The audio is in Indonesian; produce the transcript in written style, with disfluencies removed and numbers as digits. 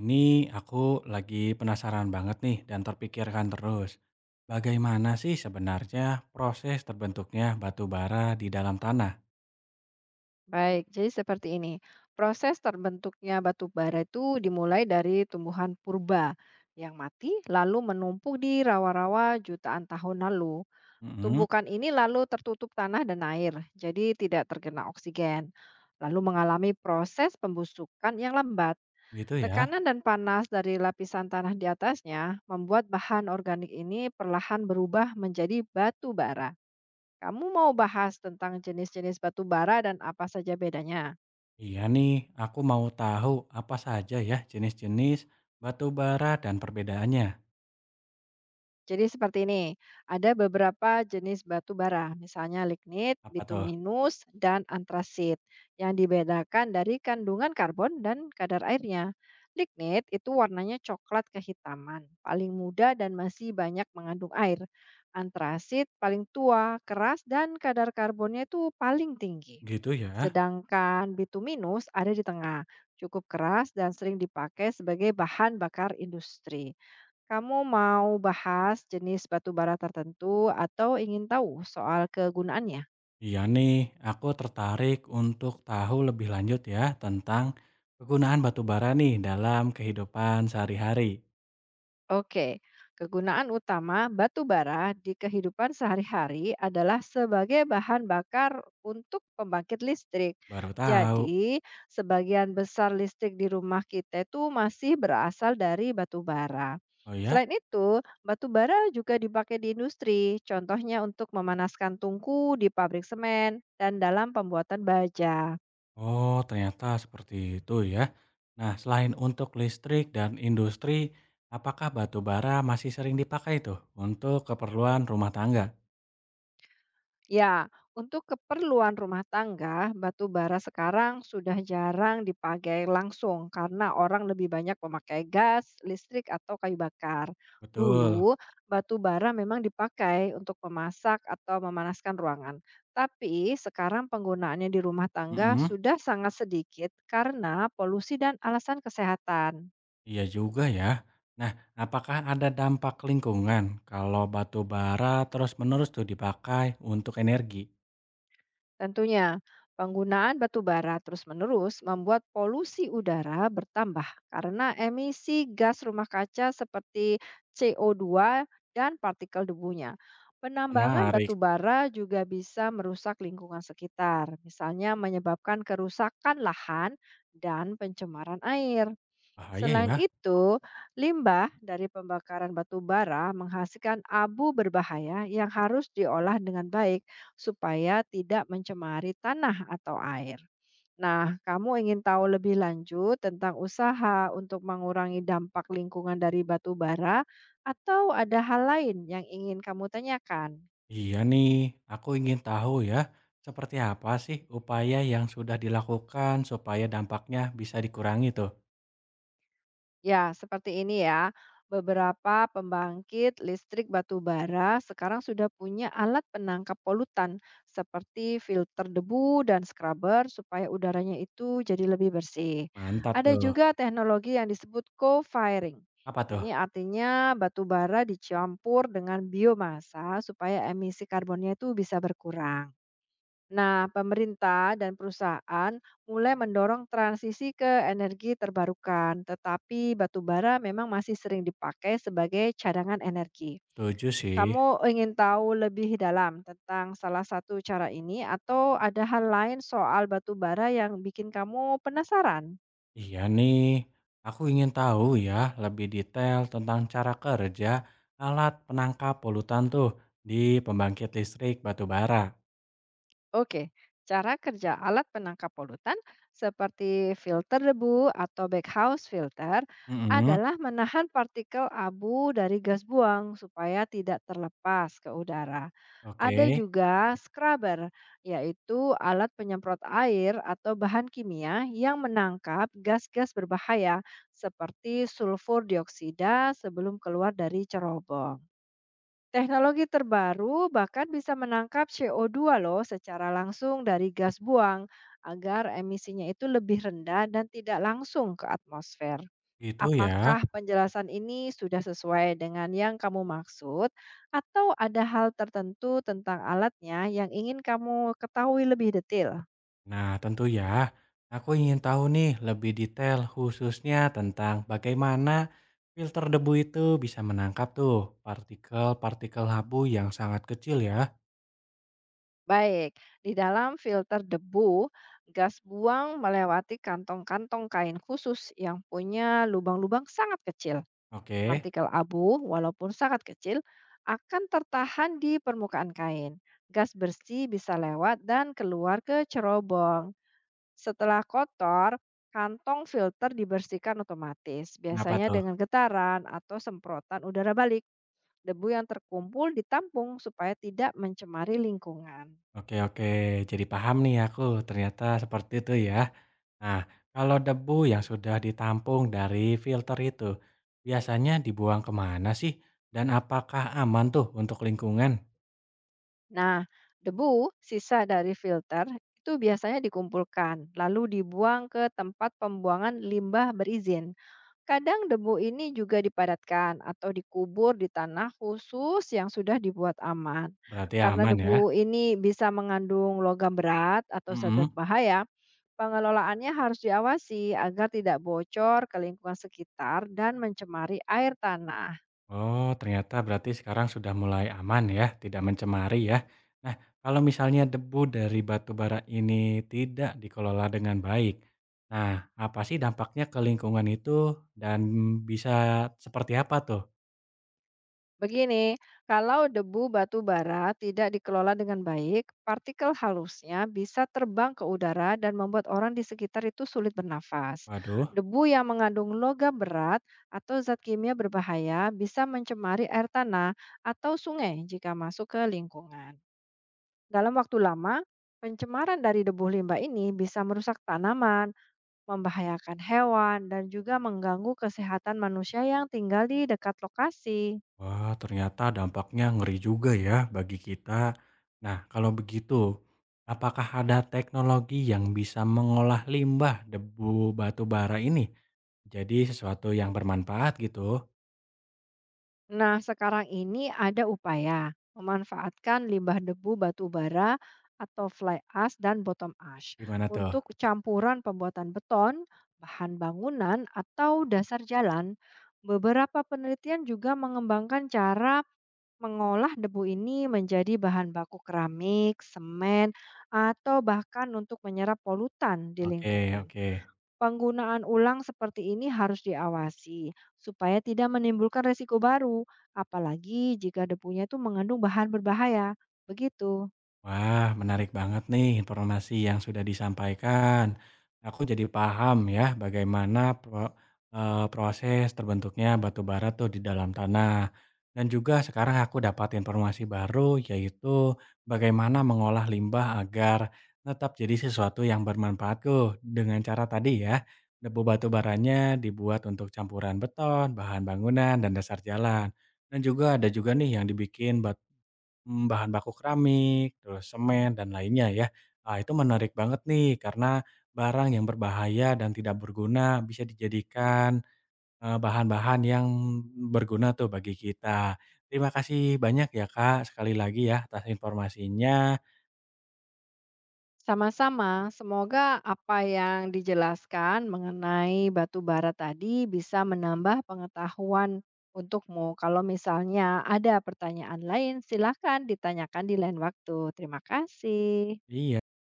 Ini aku lagi penasaran banget nih dan terpikirkan terus. Bagaimana sih sebenarnya proses terbentuknya batu bara di dalam tanah? Baik, jadi seperti ini. Proses terbentuknya batu bara itu dimulai dari tumbuhan purba yang mati lalu menumpuk di rawa-rawa jutaan tahun lalu. Mm-mm, Tumbukan ini lalu tertutup tanah dan air, jadi tidak terkena oksigen. Lalu mengalami proses pembusukan yang lambat. gitu ya. Tekanan dan panas dari lapisan tanah di atasnya membuat bahan organik ini perlahan berubah menjadi batu bara. Kamu mau bahas tentang jenis-jenis batu bara dan apa saja bedanya? Iya nih, aku mau tahu apa saja ya jenis-jenis batu bara dan perbedaannya. Jadi seperti ini, ada beberapa jenis batu bara, misalnya lignit, Apa tuh? bituminus, dan antrasit, yang dibedakan dari kandungan karbon dan kadar airnya. Lignit itu warnanya coklat kehitaman, paling muda dan masih banyak mengandung air. Antrasit paling tua, keras, dan kadar karbonnya itu paling tinggi. Gitu ya. Sedangkan bituminus ada di tengah, cukup keras dan sering dipakai sebagai bahan bakar industri. Kamu mau bahas jenis batu bara tertentu atau ingin tahu soal kegunaannya? Iya nih, aku tertarik untuk tahu lebih lanjut ya tentang kegunaan batu bara nih dalam kehidupan sehari-hari. Oke, kegunaan utama batu bara di kehidupan sehari-hari adalah sebagai bahan bakar untuk pembangkit listrik. Baru tahu. Jadi, sebagian besar listrik di rumah kita itu masih berasal dari batu bara. Oh ya? Selain itu, batu bara juga dipakai di industri, contohnya untuk memanaskan tungku di pabrik semen dan dalam pembuatan baja. Oh, ternyata seperti itu ya. Nah, selain untuk listrik dan industri, apakah batu bara masih sering dipakai tuh untuk keperluan rumah tangga? Ya, untuk keperluan rumah tangga, batu bara sekarang sudah jarang dipakai langsung karena orang lebih banyak memakai gas, listrik, atau kayu bakar. Betul. Dulu, batu bara memang dipakai untuk memasak atau memanaskan ruangan. Tapi sekarang penggunaannya di rumah tangga Mm-mm. sudah sangat sedikit karena polusi dan alasan kesehatan. Iya juga ya. Nah, apakah ada dampak lingkungan kalau batu bara terus-menerus tuh dipakai untuk energi? Tentunya, penggunaan batu bara terus-menerus membuat polusi udara bertambah karena emisi gas rumah kaca seperti CO2 dan partikel debunya. Penambangan batu Menarik. bara juga bisa merusak lingkungan sekitar, misalnya menyebabkan kerusakan lahan dan pencemaran air. Bahaya Selain ya. itu, limbah dari pembakaran batu bara menghasilkan abu berbahaya yang harus diolah dengan baik supaya tidak mencemari tanah atau air. Nah, kamu ingin tahu lebih lanjut tentang usaha untuk mengurangi dampak lingkungan dari batu bara atau ada hal lain yang ingin kamu tanyakan? Iya nih, aku ingin tahu ya, seperti apa sih upaya yang sudah dilakukan supaya dampaknya bisa dikurangi tuh? Ya, seperti ini ya. Beberapa pembangkit listrik batu bara sekarang sudah punya alat penangkap polutan seperti filter debu dan scrubber supaya udaranya itu jadi lebih bersih. Mantap Ada tuh. juga teknologi yang disebut co-firing. Apa tuh? Ini artinya batu bara dicampur dengan biomasa supaya emisi karbonnya itu bisa berkurang. Nah, pemerintah dan perusahaan mulai mendorong transisi ke energi terbarukan, tetapi batu bara memang masih sering dipakai sebagai cadangan energi. Setuju sih. Kamu ingin tahu lebih dalam tentang salah satu cara ini, atau ada hal lain soal batu bara yang bikin kamu penasaran? Iya nih, aku ingin tahu ya lebih detail tentang cara kerja alat penangkap polutan tuh di pembangkit listrik batu bara. Oke, cara kerja alat penangkap polutan seperti filter debu atau backhouse filter Mhm, adalah menahan partikel abu dari gas buang supaya tidak terlepas ke udara. Ada oke. juga scrubber, yaitu alat penyemprot air atau bahan kimia yang menangkap gas-gas berbahaya seperti sulfur dioksida sebelum keluar dari cerobong. Teknologi terbaru bahkan bisa menangkap CO2 loh secara langsung dari gas buang agar emisinya itu lebih rendah dan tidak langsung ke atmosfer. Gitu ya. Apakah penjelasan ini sudah sesuai dengan yang kamu maksud atau ada hal tertentu tentang alatnya yang ingin kamu ketahui lebih detail? Nah, tentu ya. Aku ingin tahu nih lebih detail khususnya tentang bagaimana filter debu itu bisa menangkap tuh partikel-partikel abu yang sangat kecil ya. Baik, di dalam filter debu, gas buang melewati kantong-kantong kain khusus yang punya lubang-lubang sangat kecil. Oke, Partikel abu, walaupun sangat kecil, akan tertahan di permukaan kain. Gas bersih bisa lewat dan keluar ke cerobong. Setelah kotor, kantong filter dibersihkan otomatis, kenapa biasanya tuh? dengan getaran atau semprotan udara balik. Debu yang terkumpul ditampung supaya tidak mencemari lingkungan. Oke oke, jadi paham nih aku, ternyata seperti itu ya. Nah, kalau debu yang sudah ditampung dari filter itu, biasanya dibuang kemana sih? Dan apakah aman tuh untuk lingkungan? Nah, debu sisa dari filter itu biasanya dikumpulkan, lalu dibuang ke tempat pembuangan limbah berizin. Kadang debu ini juga dipadatkan atau dikubur di tanah khusus yang sudah dibuat aman. Berarti Karena aman ya? debu ini bisa mengandung logam berat atau zat Mm-mm. berbahaya, pengelolaannya harus diawasi agar tidak bocor ke lingkungan sekitar dan mencemari air tanah. Oh, ternyata berarti sekarang sudah mulai aman ya, tidak mencemari ya. Nah, kalau misalnya debu dari batu bara ini tidak dikelola dengan baik, nah apa sih dampaknya ke lingkungan itu dan bisa seperti apa tuh? Begini, kalau debu batu bara tidak dikelola dengan baik, partikel halusnya bisa terbang ke udara dan membuat orang di sekitar itu sulit bernafas. Waduh, Debu yang mengandung logam berat atau zat kimia berbahaya bisa mencemari air tanah atau sungai jika masuk ke lingkungan. Dalam waktu lama, pencemaran dari debu limbah ini bisa merusak tanaman, membahayakan hewan, dan juga mengganggu kesehatan manusia yang tinggal di dekat lokasi. wah ternyata dampaknya ngeri juga ya bagi kita. Nah, kalau begitu, apakah ada teknologi yang bisa mengolah limbah debu batu bara ini jadi sesuatu yang bermanfaat gitu? Nah, sekarang ini ada upaya memanfaatkan limbah debu batu bara atau fly ash dan bottom ash Gimana tuh? untuk campuran pembuatan beton, bahan bangunan, atau dasar jalan. Beberapa penelitian juga mengembangkan cara mengolah debu ini menjadi bahan baku keramik, semen, atau bahkan untuk menyerap polutan di Oke, lingkungan. oke. Penggunaan ulang seperti ini harus diawasi supaya tidak menimbulkan resiko baru, apalagi jika debunya itu mengandung bahan berbahaya. Begitu. Wah, menarik banget nih informasi yang sudah disampaikan. Aku jadi paham ya bagaimana proses terbentuknya batu bara tuh di dalam tanah. Dan juga sekarang aku dapat informasi baru yaitu bagaimana mengolah limbah agar tetap jadi sesuatu yang bermanfaat tuh dengan cara tadi ya. Debu batu baranya dibuat untuk campuran beton, bahan bangunan, dan dasar jalan. Dan juga ada juga nih yang dibikin batu bahan baku keramik, terus semen, dan lainnya ya. Ah, itu menarik banget nih karena barang yang berbahaya dan tidak berguna bisa dijadikan bahan-bahan yang berguna tuh bagi kita. Terima kasih banyak ya Kak, sekali lagi ya atas informasinya. Sama-sama, semoga apa yang dijelaskan mengenai batu bara tadi bisa menambah pengetahuan untukmu. Kalau misalnya ada pertanyaan lain, silakan ditanyakan di lain waktu. Terima kasih. Iya.